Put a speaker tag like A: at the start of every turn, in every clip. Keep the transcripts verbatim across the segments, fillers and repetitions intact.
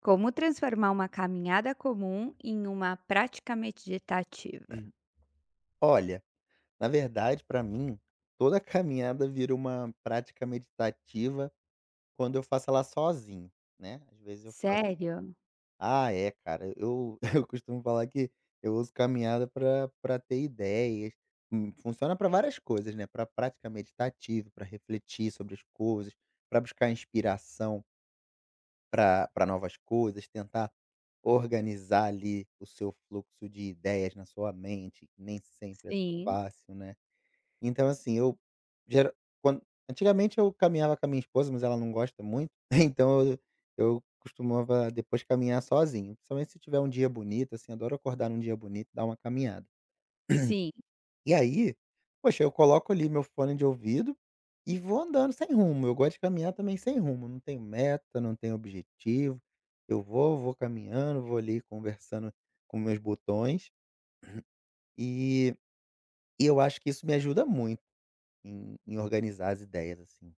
A: Como transformar uma caminhada comum em uma prática meditativa?
B: Uhum. Olha, na verdade, para mim, toda caminhada vira uma prática meditativa quando eu faço ela sozinho, né. Às vezes eu faço
A: Sério?
B: ah, é, cara, eu eu costumo falar que eu uso caminhada para pra ter ideias. Hum, funciona para várias coisas, né, para prática meditativa, para refletir sobre as coisas, para buscar inspiração para pra novas coisas, tentar organizar ali o seu fluxo de ideias na sua mente, que nem sempre é
A: Sim,
B: fácil, né. Então, assim, eu gera quan antigamente eu caminhava com a minha esposa, mas ela não gosta muito, então eu eu costumava depois caminhar sozinho, principalmente se tiver um dia bonito, assim, adoro acordar num dia bonito dar uma caminhada.
A: sim.
B: E aí, poxa, eu coloco ali meu fone de ouvido e vou andando sem rumo, eu gosto de caminhar também sem rumo, não tenho meta, não tenho objetivo, eu vou, vou caminhando, vou ali conversando com meus botões, e e eu acho que isso me ajuda muito em em organizar as ideias, assim.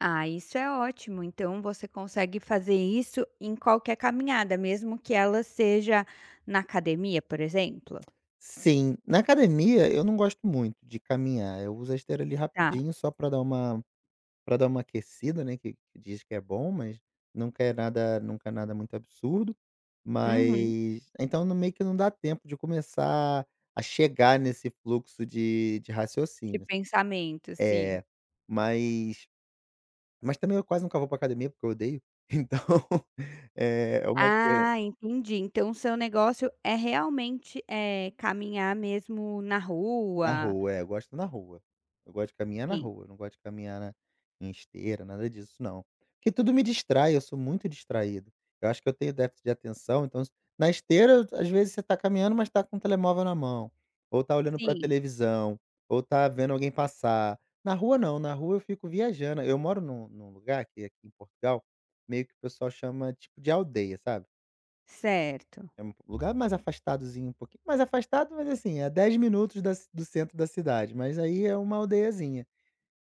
A: Ah, isso é ótimo. Então você consegue fazer isso em qualquer caminhada, mesmo que ela seja na academia, por exemplo?
B: Sim, na academia eu não gosto muito de caminhar, eu uso a esteira ali
A: Tá.
B: rapidinho só para dar uma para dar uma aquecida, né, que que diz que é bom, mas nunca é nada nunca é nada muito absurdo,
A: Uhum.
B: mas então no meio que não dá tempo de começar a chegar nesse fluxo de de
A: De
B: raciocínio.
A: pensamento, sim.
B: É, mas mas também eu quase nunca vou para academia, porque eu odeio, então é é uma coi
A: Ah, entendi. Então o seu negócio é realmente, eh, caminhar mesmo na
B: Na
A: rua?
B: rua, é, eu gosto na rua. Eu gosto de caminhar na
A: Sim,
B: rua, eu não gosto de caminhar na em esteira, nada disso não. Porque tudo me distrai, eu sou muito distraído. Eu acho que eu tenho déficit de atenção, então na esteira, às vezes, você tá caminhando, mas tá com o telemóvel na mão, ou tá olhando pra
A: sim,
B: televisão, ou tá vendo alguém passar. Na rua não, na rua eu fico viajando. Eu moro num num lugar que aqui em Portugal, meio que o pessoal chama, tipo, de aldeia, sabe?
A: certo.
B: É um lugar mais afastadozinho, um pouquinho mais afastado, mas assim, a dez minutos da ci do centro da cidade, mas aí é uma aldeiazinha.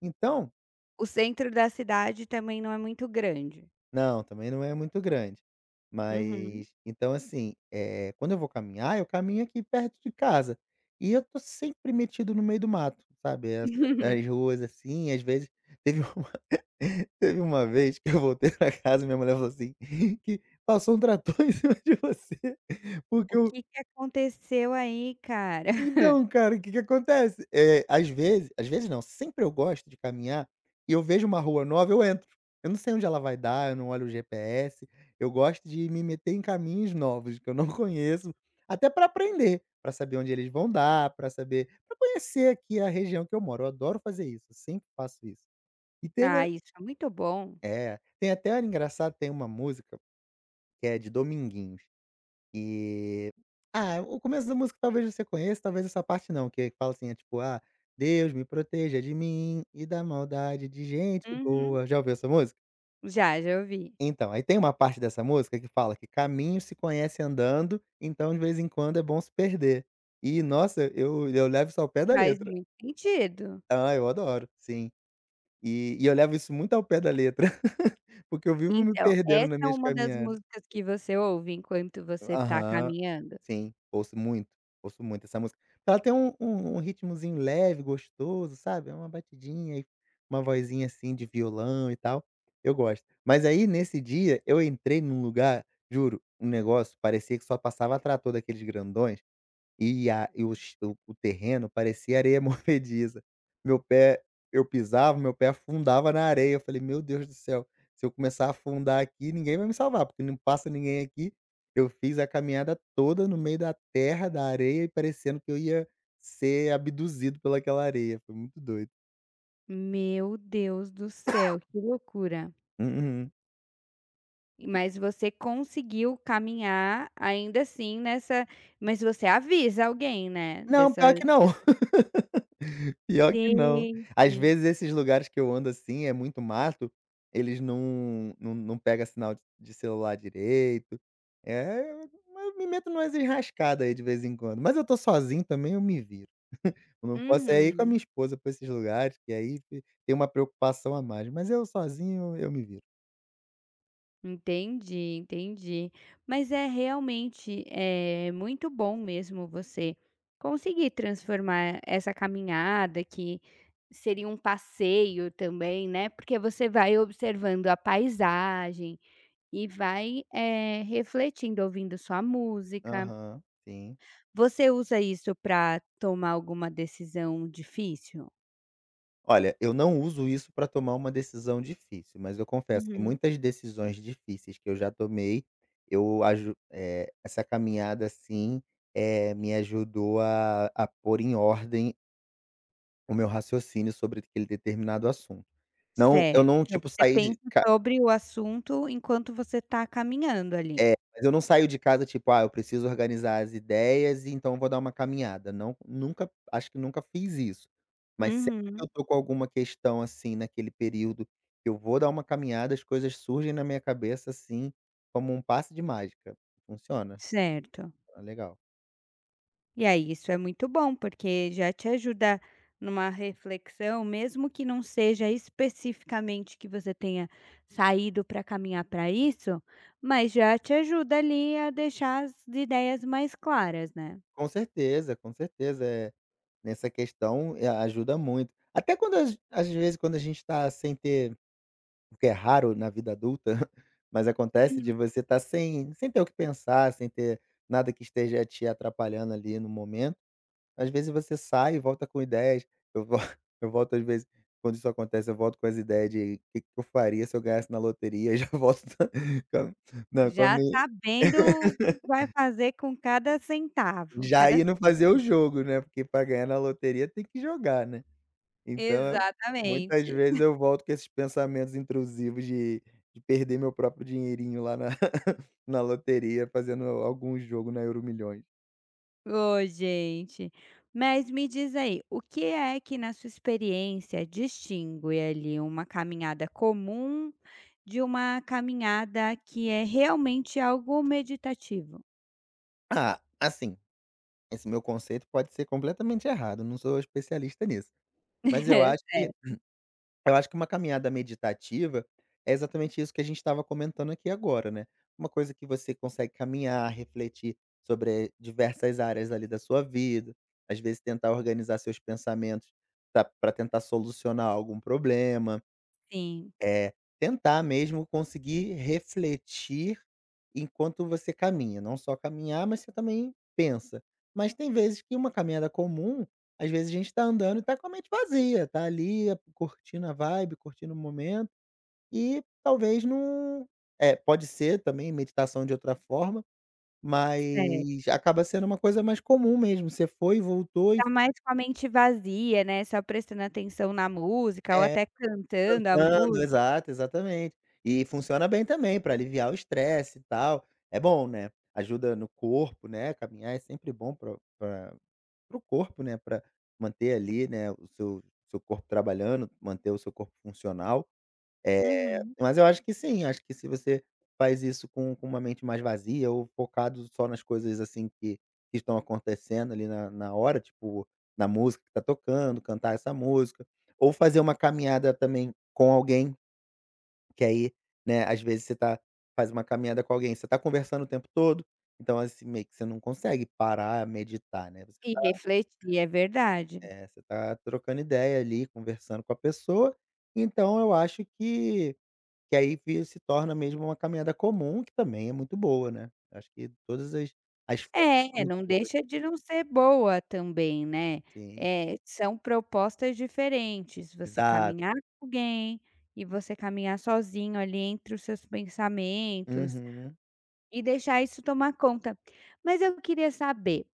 B: Então
A: O centro da cidade também não é muito grande.
B: não, também não é muito grande.
A: Uhum.
B: Mas então assim, eh, quando eu vou caminhar, eu caminho aqui perto de casa, e eu tô sempre metido no meio do mato, sabe, essa as ruas assim, às vezes teve uma teve uma vez que eu voltei pra casa e minha mulher falou assim, que "Passou um trator em cima de você, porque
A: O
B: o".
A: que que aconteceu aí, cara?
B: Então, cara, o que que acontece? Eh, às vezes às vezes não, sempre eu gosto de caminhar e eu vejo uma rua nova, eu entro. Eu não sei onde ela vai dar, eu não olho o G P S, eu gosto de me meter em caminhos novos que eu não conheço, até para aprender, para saber onde eles vão dar, para saber para conhecer aqui a região que eu moro. Eu adoro fazer isso, eu sempre faço isso. E teve
A: Ah, isso é muito bom.
B: É, tem até engraçado, tem uma música que é de Dominguinhos. E ah, o começo da música talvez você conheça, talvez essa parte não, que fala assim, é tipo: "Ah, Deus me proteja de mim e da maldade de gente
A: Uhum.
B: boa". Já ouviu essa música?
A: Já, já ouvi.
B: Então, aí tem uma parte dessa música que fala que caminho se conhece andando, então de vez em quando é bom se perder. E nossa, eu eu levo isso ao pé da
A: Faz
B: letra.
A: muito sentido.
B: Ah, eu adoro, sim. E e eu levo isso muito ao pé da letra, porque eu vivo me
A: Então,
B: perdendo
A: essa
B: nas
A: é
B: minhas
A: uma das
B: caminhadas.
A: músicas que você ouve enquanto você tá
B: Aham.
A: caminhando?
B: Sim, ouço muito, ouço muito essa música. Ela tem um um um ritmozinho leve, gostoso, sabe, é uma batidinha e uma vozinha, assim, de violão e tal, eu gosto. Mas aí, nesse dia, eu entrei num lugar, juro, um negócio parecia que só passava trator daqueles grandões. E a e o ch o o terreno parecia areia movediça. Meu pé Eu pisava, meu pé afundava na areia. Eu falei: "Meu Deus do céu, se eu começar a afundar aqui, ninguém vai me salvar, porque não passa ninguém aqui". Eu fiz a caminhada toda no meio da terra, da areia e parecendo que eu ia ser abduzido pelaquela areia. Foi muito doido.
A: Meu Deus do céu, que loucura.
B: Uhum.
A: E- Mas você conseguiu caminhar ainda assim nessa mas você avisa alguém, né,
B: Não,
A: dessa
B: pior que não.
A: dessa
B: Pior que não.
A: gente.
B: Às vezes esses lugares que eu ando, assim, é muito mato, eles não não não pega sinal de de celular direito. É, mas eu me meto numas enrascada aí de vez em quando, mas eu tô sozinho também, eu me viro. Eu não posso é ir com a minha
A: Uhum.
B: esposa pra esses lugares, que aí fi tem uma preocupação a mais, mas eu sozinho eu me viro.
A: Entendi, entendi. Mas é realmente é muito bom mesmo você conseguir transformar essa caminhada que seria um passeio também, né? Porque você vai observando a paisagem e vai eh, refletindo, ouvindo sua música.
B: Aham, sim.
A: Você usa isso para tomar alguma decisão difícil?
B: Olha, eu não uso isso para tomar uma decisão difícil, mas eu confesso que
A: Uhum.
B: muitas decisões difíceis que eu já tomei, eu aju eh, essa caminhada, assim, eh, me ajudou a a pôr em ordem o meu raciocínio sobre aquele determinado assunto. Não, eu
A: Certo.
B: não,
A: Então
B: tipo,
A: você
B: saí
A: pensa
B: de ca
A: sobre o assunto enquanto você está caminhando ali.
B: É, mas eu não saio de casa, tipo: "Ah, eu preciso organizar as ideias, e então vou dar uma caminhada". Não, nunca, acho que nunca fiz isso. Mas sempre que
A: Uhum,
B: eu tô com alguma questão, assim, naquele período, eu vou dar uma caminhada, as coisas surgem na minha cabeça, assim, como um passe de mágica. Funciona,
A: certo.
B: é legal.
A: E aí, isso é muito bom, porque já te ajuda numa reflexão, mesmo que não seja especificamente que você tenha saído para caminhar para isso, mas já te ajuda ali a deixar as ideias mais claras, né.
B: Com certeza, com certeza, eh, nessa questão, eh, ajuda muito. Até quando às às vezes, quando a gente tá sem ter. O que é raro na vida adulta, mas acontece de
A: Uhum.
B: você estar sem sem ter o que pensar, sem ter nada que esteja te atrapalhando ali no momento. Às vezes você sai e volta com ideias. Eu vol Eu volto às vezes quando isso acontece, eu volto com as ideias de o que que eu faria se eu ganhasse na loteria, já volto com a não, com a
A: Já
B: mi
A: sabendo o que vai fazer com cada centavo,
B: já
A: cada
B: indo fazer o
A: cêntimo.
B: jogo, né, porque para ganhar na loteria tem que jogar, né. Então, eu- muitas
A: Exatamente.
B: vezes eu volto com esses pensamentos intrusivos de de perder meu próprio dinheirinho lá na na loteria fazendo algum jogo na Euromilhões.
A: Ô, gente. Mas me diz aí, o que é que na sua experiência distingue ali uma caminhada comum de uma caminhada que é realmente algo meditativo?
B: Ah, assim, esse meu conceito pode ser completamente errado, não sou especialista nisso. Mas eu acho que
A: Certo,
B: eu acho que uma caminhada meditativa é exatamente isso que a gente estava comentando aqui agora, né. Uma coisa que você consegue caminhar, refletir sobre diversas áreas ali da sua vida, às vezes tentar organizar seus pensamentos para tentar solucionar algum problema.
A: sim,
B: É, tentar mesmo conseguir refletir enquanto você caminha, não só caminhar, mas você também pensa. Mas tem vezes que uma caminhada comum, às vezes a gente está andando e está com a mente vazia, tá ali a curtindo a vibe, curtindo o momento e talvez não. É, pode ser também meditação de outra forma,
A: certo.
B: mas acaba sendo uma coisa mais comum mesmo, você foi, voltou e
A: Tá mais com a mente vazia, né, só prestando atenção na música ou
B: é.
A: até cantando a
B: Cantando,
A: música.
B: exato, exatamente. E funciona bem também para aliviar o estresse e tal. É bom, né, ajuda no corpo, né, caminhar é sempre bom pra pra para o corpo, né, para manter ali, né, o seu seu corpo trabalhando, manter o seu corpo funcional. É.
A: Uhum.
B: Mas eu acho que sim, acho que se você faz isso com com uma mente mais vazia ou focado só nas coisas, assim, que que estão acontecendo ali na na hora, tipo, na música que tá tocando, cantar essa música, ou fazer uma caminhada também com alguém que aí, né, às vezes você tá faz uma caminhada com alguém, você tá conversando o tempo todo, então, assim, meio que você não consegue parar, meditar, né, você
A: E
B: tá
A: refletir, é verdade.
B: é, você tá trocando ideia ali, conversando com a pessoa, então eu acho que que aí vi se torna mesmo uma caminhada comum, que também é muito boa, né. Eu acho que todas as as formas são
A: É,
B: muito
A: não
B: boas.
A: deixa de não ser boa também, né.
B: Sim,
A: Eh, são propostas diferentes, você
B: exato.
A: caminhar com alguém e você caminhar sozinho ali entre os seus pensamentos
B: Uhum.
A: e deixar isso tomar conta. Mas eu queria saber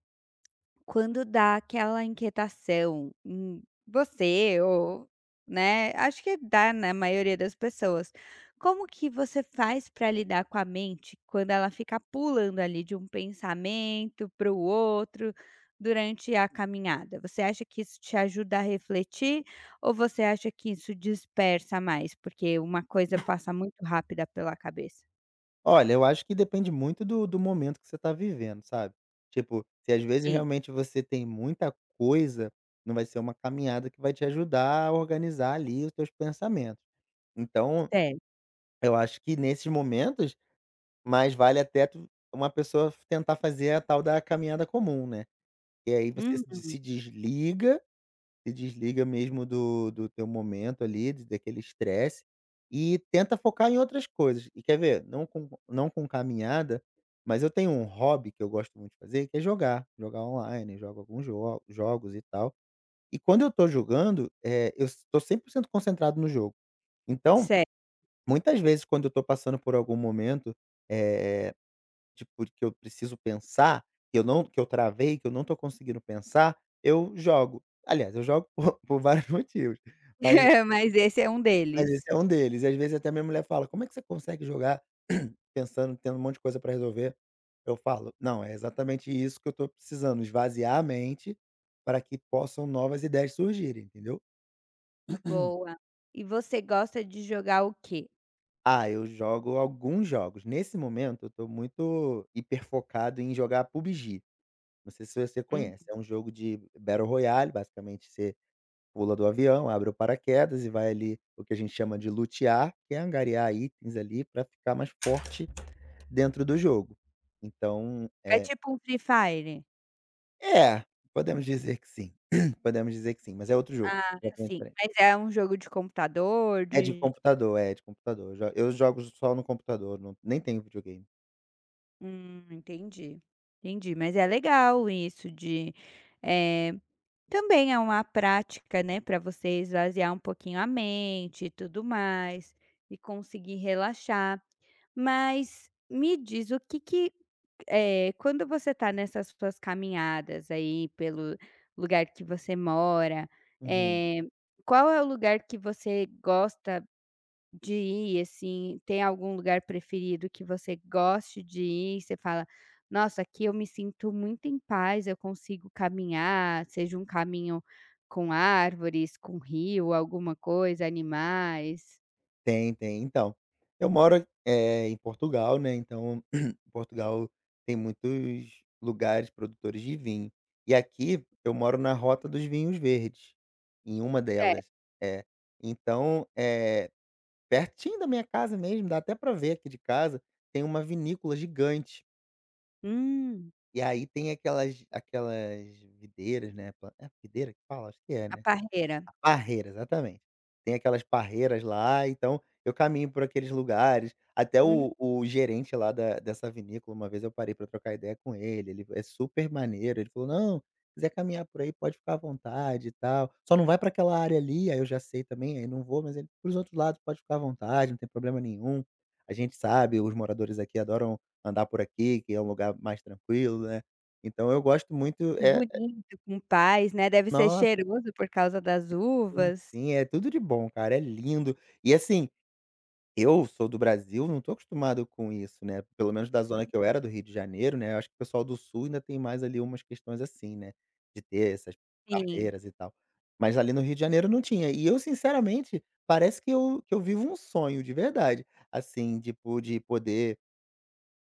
A: quando dá aquela inquietação em você ou, né, acho que dá na maioria das pessoas. Como que você faz para lidar com a mente quando ela fica pulando ali de um pensamento para o outro durante a caminhada? Você acha que isso te ajuda a refletir ou você acha que isso dispersa mais, porque uma coisa passa muito rápida pela cabeça?
B: Olha, eu acho que depende muito do do momento que você está vivendo, sabe. Tipo, se às vezes
A: Sim,
B: realmente você tem muita coisa, não vai ser uma caminhada que vai te ajudar a organizar ali os teus pensamentos. Então,
A: sério.
B: eu acho que nesses momentos, mais vale até tu uma pessoa tentar fazer a tal da caminhada comum, né. E aí você
A: Uhum,
B: se se desliga se desliga mesmo do do teu momento ali, de daquele estresse, e tenta focar em outras coisas. E quer ver? Não com não com caminhada, mas eu tenho um hobby que eu gosto muito de fazer, que é jogar, jogar online, jogo alguns jo jogos e tal. E quando eu tô jogando, eh, eu s tô cem por cento concentrado no jogo. Então,
A: sério.
B: muitas vezes quando eu tô passando por algum momento, eh de porque eu preciso pensar, que eu não que eu travei, que eu não tô conseguindo pensar, eu jogo. Aliás, eu jogo por por vários motivos, mas
A: Mas esse é um
B: mas esse
A: deles.
B: é um deles. E às vezes até minha mulher fala: "Como é que você consegue jogar pensando, tendo um monte de coisa pra resolver?" Eu falo: "Não, é exatamente isso que eu tô precisando, esvaziar a mente para que possam novas ideias surgirem", entendeu.
A: Boa. E você gosta de jogar o quê?
B: Ah, eu jogo alguns jogos. Nesse momento eu tô muito hiperfocado em jogar P U B G. Não sei se você
A: Hum,
B: conhece, é um jogo de Battle Royale, basicamente você pula do avião, abre o paraquedas e vai ali o que a gente chama de lutear, que é angariar itens ali para ficar mais forte dentro do jogo. Então,
A: é
B: eh
A: tipo um Free Fire.
B: é, podemos dizer que sim, podemos dizer que sim, mas é outro jogo,
A: Ah,
B: completamente
A: sim.
B: diferente.
A: Mas é um jogo de computador,
B: É de
A: de
B: computador, é de computador. Eu jo eu jogo só no computador, não nem tenho videogame.
A: hum, entendi, entendi. Mas é legal isso de, eh, também é uma prática, né, para você esvaziar um pouquinho a mente e tudo mais, e conseguir relaxar. Mas me diz o que que É, quando você está nessas suas caminhadas aí pelo lugar que você mora,
B: Uhum.
A: eh, qual é o lugar que você gosta de ir, assim? Tem algum lugar preferido que você goste de ir? Você fala: "Nossa, aqui eu me sinto muito em paz, eu consigo caminhar", seja um caminho com árvores, com rio, alguma coisa, animais.
B: Tem, tem. Então, eu moro, eh, em Portugal, né, então Portugal tem muitos lugares produtores de vinho. E aqui eu moro na rota dos vinhos verdes, em uma
A: É.
B: delas. É. Então, eh, pertinho da minha casa mesmo, dá até para ver aqui de casa, tem uma vinícola gigante.
A: Hum,
B: E aí tem aquelas aquelas videiras, né, pla é videira que fala? Acho que é,
A: a
B: né.
A: parreira.
B: A parreira, exatamente. Tem aquelas parreiras lá, então eu caminho por aqueles lugares. Até
A: Hum.
B: o o gerente lá da dessa vinícola, uma vez eu parei para trocar ideia com ele, ele é super maneiro, ele falou: "Não, quiser caminhar por aí pode ficar à vontade e tal, só não vai para aquela área ali", aí eu já sei também, aí não vou, mas ele: "Para outros lados pode ficar à vontade, não tem problema nenhum. A gente sabe, os moradores aqui adoram andar por aqui, que é um lugar mais tranquilo, né". Então eu gosto muito
A: E
B: é
A: bonito, com paz, né, deve ser
B: nossa.
A: cheiroso por causa das
B: Sim,
A: uvas.
B: sim, é tudo de bom, cara, é lindo. E assim, eu sou do Brasil, não tô acostumado com isso, né, pelo menos da zona que eu era, do Rio de Janeiro, né, eu acho que o pessoal do Sul ainda tem mais ali umas questões assim, né, de ter essas
A: Sim,
B: carreiras e tal. Mas ali no Rio de Janeiro não tinha. E eu sinceramente, parece que eu que eu vivo um sonho de verdade, assim, tipo, de poder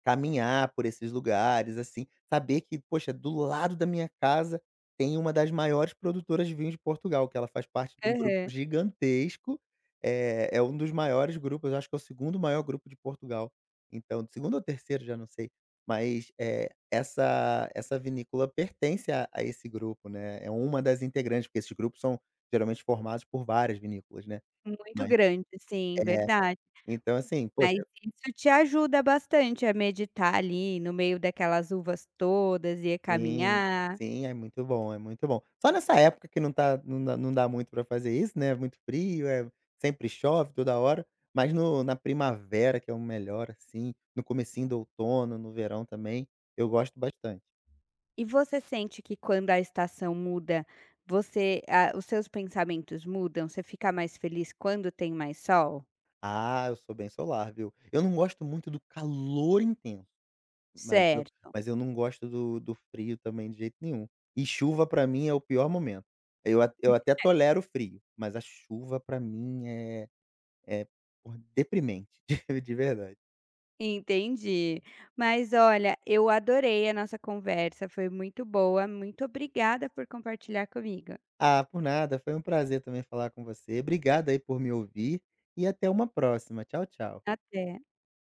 B: caminhar por esses lugares, assim, saber que, poxa, do lado da minha casa tem uma das maiores produtoras de vinho de Portugal, que ela faz parte de um grupo
A: aham.
B: gigantesco, é é um dos maiores grupos, eu acho que é o segundo maior grupo de Portugal. Então, segundo ou terceiro já não sei, mas, é essa essa vinícola pertence a a esse grupo, né, é uma das integrantes, porque esses grupos são geralmente formados por várias vinícolas, né,
A: Muito
B: mas
A: grande, sim,
B: é,
A: verdade.
B: então assim,
A: Mas
B: poxa.
A: isso te ajuda bastante a meditar ali no meio daquelas uvas todas e a
B: Sim,
A: caminhar.
B: sim, é muito bom, é muito bom. Só nessa época que não tá, não dá não dá muito pra fazer isso, né, é muito frio, é sempre chove toda hora, mas no na primavera que é o melhor, assim, no comecinho do outono, no verão também, eu gosto bastante.
A: E você sente que quando a estação muda, você ah, os seus pensamentos mudam? Você fica mais feliz quando tem mais sol?
B: Ah, eu sou bem solar, viu. Eu não gosto muito do calor intenso, mas eu
A: Certo.
B: mas eu não gosto do do frio também de jeito nenhum. E chuva pra mim é o pior momento. Eu a eu até tolero o frio, mas a chuva pra mim é é, porra, deprimente, de de verdade.
A: Entendi. Mas olha, eu adorei a nossa conversa, foi muito boa. Muito obrigada por compartilhar comigo.
B: Ah, por nada, foi um prazer também falar com você. Obrigado aí por me ouvir e até uma próxima. Tchau, tchau.
A: Até.